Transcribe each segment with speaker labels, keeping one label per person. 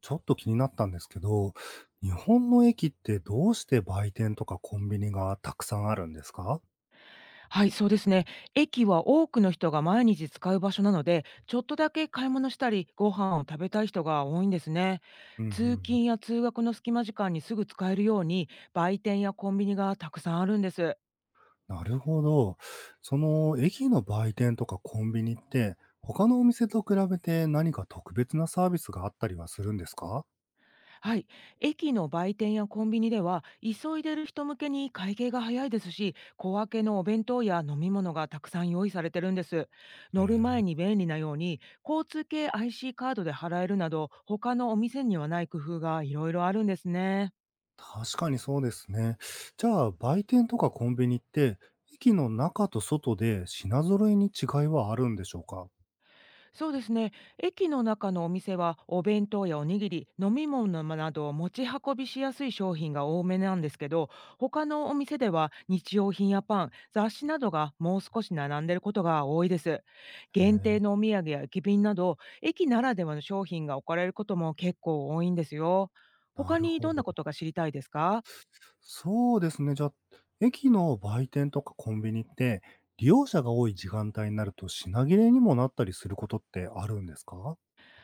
Speaker 1: ちょっと気になったんですけど、日本の駅ってどうして売店とかコンビニがたくさんあるんですか？
Speaker 2: はい、そうですね。駅は多くの人が毎日使う場所なので、ちょっとだけ買い物したり、ご飯を食べたい人が多いんですね。
Speaker 1: うんうん、う
Speaker 2: 通
Speaker 1: ん、
Speaker 2: 勤や通学の隙間時間にすぐ使えるように、売店やコンビニがたくさんあるんです。
Speaker 1: なるほど。その駅の売店とかコンビニって他のお店と比べて何か特別なサービスがあったりはするんですか？
Speaker 2: はい、駅の売店やコンビニでは急いでる人向けに会計が早いですし、小分けのお弁当や飲み物がたくさん用意されてるんです。
Speaker 1: へ
Speaker 2: 乗る
Speaker 1: え。
Speaker 2: 前に便利なように、交通系 IC カードで払えるなど他のお店にはない工夫がいろいろあるんですね。
Speaker 1: 確かにそうですね。じゃあ売店とかコンビニって駅の中と外で品揃えに違いはあるんでしょうか？
Speaker 2: そうですね。駅の中のお店はお弁当やおにぎり、飲み物などを持ち運びしやすい商品が多めなんですけど、他のお店では日用品やパン、雑誌などがもう少し並んでいることが多いです。
Speaker 1: へ
Speaker 2: 限
Speaker 1: え。
Speaker 2: 定のお土産や駅弁など、駅ならではの商品が置かれることも結構多いんですよ。
Speaker 1: な
Speaker 2: 他
Speaker 1: る
Speaker 2: に
Speaker 1: ほ
Speaker 2: どん
Speaker 1: ど。
Speaker 2: なことが知りたいですか？
Speaker 1: そうですね。じゃ、あ、駅の売店とかコンビニって、利用者が多い時間帯になると品切れにもなったりすることってあるんですか？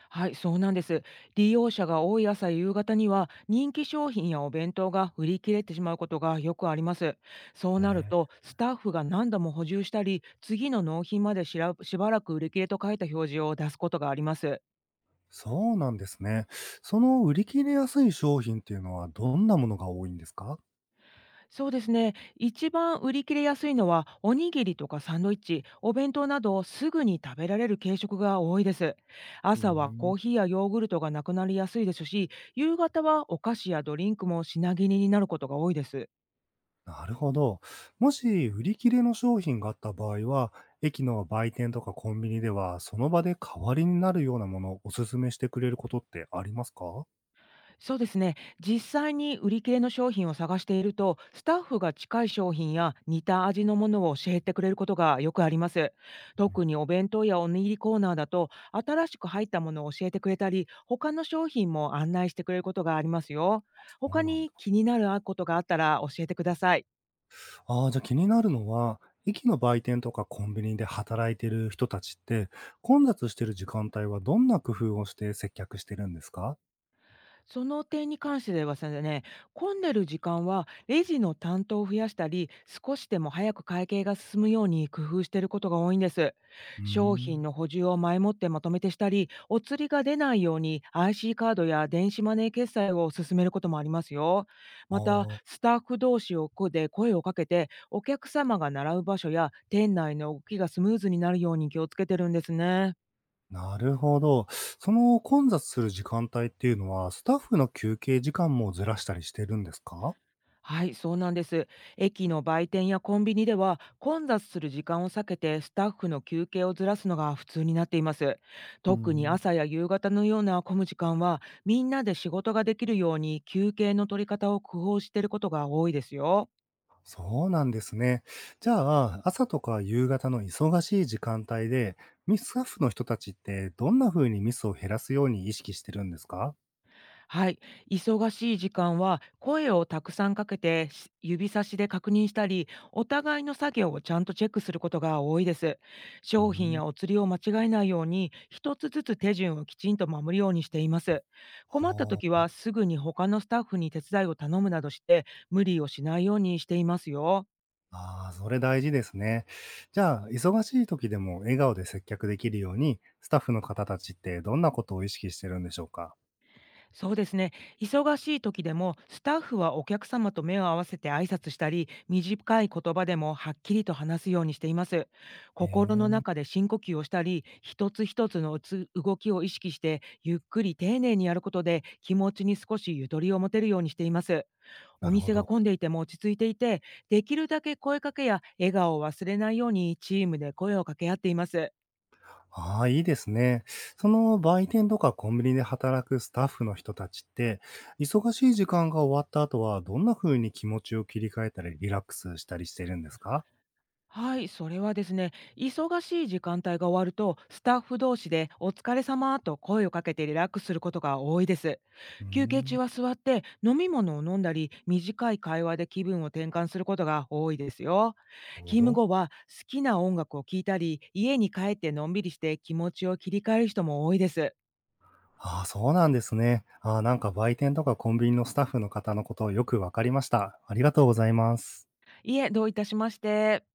Speaker 2: はい、そうなんです。利用者が多い朝や夕方には人気商品やお弁当が売り切れてしまうことがよくあります。そう
Speaker 1: へ
Speaker 2: なる
Speaker 1: え、
Speaker 2: とスタッフが何度も補充したり、次の納品までしばらく売り切れと書いた表示を出すことがあります。
Speaker 1: そうなんですね。その売り切れやすい商品っていうのはどんなものが多いんですか？
Speaker 2: そうですね。一番売り切れやすいのはおにぎりとかサンドイッチ、お弁当などすぐに食べられる軽食が多いです。
Speaker 1: うー
Speaker 2: 朝は
Speaker 1: ん。
Speaker 2: コーヒーやヨーグルトがなくなりやすいですし、夕方はお菓子やドリンクも品切れになることが多いです。
Speaker 1: なるほど。もし売り切れの商品があった場合は、駅の売店とかコンビニでは、その場で代わりになるようなものをお勧めしてくれることってありますか？
Speaker 2: そうですね。実際に売り切れの商品を探していると、スタッフが近い商品や似た味のものを教えてくれることがよくあります。
Speaker 1: うん。
Speaker 2: 特にお弁当やおにぎりコーナーだと、新しく入ったものを教えてくれたり、他の商品も案内してくれることがありますよ。
Speaker 1: そう
Speaker 2: 他
Speaker 1: なん
Speaker 2: に
Speaker 1: だ。
Speaker 2: 気になることがあったら教えてください。
Speaker 1: ああ、じゃ、気になるのは、駅の売店とかコンビニで働いてる人たちって、混雑してる時間帯はどんな工夫をして接客してるんですか？
Speaker 2: その点に関してはですね、混んでる時間はレジの担当を増やしたり、少しでも早く会計が進むように工夫していることが多いんです。
Speaker 1: うー
Speaker 2: 商品
Speaker 1: ん。
Speaker 2: の補充を前もってまとめてしたり、お釣りが出ないように IC カードや電子マネー決済を進めることもありますよ。また、
Speaker 1: ああ、
Speaker 2: スタッフ同士をこで声をかけて、お客様が習う場所や店内の動きがスムーズになるように気をつけてるんですね。
Speaker 1: なるほど。その混雑する時間帯っていうのは、スタッフの休憩時間もずらしたりしてるんですか？
Speaker 2: はい、そうなんです。駅の売店やコンビニでは混雑する時間を避けてスタッフの休憩をずらすのが普通になっています。
Speaker 1: うー
Speaker 2: 特に
Speaker 1: ん、
Speaker 2: 朝や夕方のような混む時間はみんなで仕事ができるように、休憩の取り方を工夫していることが多いですよ。
Speaker 1: そうなんですね。じゃあ、朝とか夕方の忙しい時間帯で、ミスタッフの人たちってどんな風にミスを減らすように意識してるんですか？
Speaker 2: はい、忙しい時間は声をたくさんかけて指差しで確認したり、お互いの作業をちゃんとチェックすることが多いです。
Speaker 1: うー
Speaker 2: 商品
Speaker 1: ん。
Speaker 2: やお釣りを間違えないように、一つずつ手順をきちんと守るようにしています。困った
Speaker 1: あ
Speaker 2: 時
Speaker 1: あ。
Speaker 2: はすぐに他のスタッフに手伝いを頼むなどして、無理をしないようにしていますよ。
Speaker 1: ああ、それ大事ですね。じゃあ、忙しい時でも笑顔で接客できるように、スタッフの方たちってどんなことを意識してるんでしょうか？
Speaker 2: そうですね。忙しい時でも、スタッフはお客様と目を合わせて挨拶したり、短い言葉でもはっきりと話すようにしています。
Speaker 1: え
Speaker 2: 心の
Speaker 1: え、
Speaker 2: 中で深呼吸をしたり、一つ一つの動きを意識して、ゆっくり丁寧にやることで、気持ちに少しゆとりを持てるようにしています。お
Speaker 1: なるほ
Speaker 2: 店が
Speaker 1: ど。
Speaker 2: 混んでいても落ち着いていて、できるだけ声かけや笑顔を忘れないようにチームで声を掛け合っています。
Speaker 1: ああ、いいですね。その売店とかコンビニで働くスタッフの人たちって、忙しい時間が終わった後は、どんな風に気持ちを切り替えたりリラックスしたりしてるんですか？
Speaker 2: はい、それはですね、忙しい時間帯が終わると、スタッフ同士でお疲れ様と声をかけてリラックスすることが多いです。
Speaker 1: うー
Speaker 2: 休憩
Speaker 1: ん、
Speaker 2: 中
Speaker 1: な
Speaker 2: は座って飲み物を飲んだり、短い会話で気分を転換することが多いですよ。
Speaker 1: るほ
Speaker 2: 勤務
Speaker 1: ど。
Speaker 2: 後は好きな音楽を聴いたり、家に帰ってのんびりして気持ちを切り替える人も多いです。
Speaker 1: ああ、そうなんですね。ああ、なんか売店とかコンビニのスタッフの方のことをよくわかりました。ありがとうございます。
Speaker 2: いえ、どういたしまして。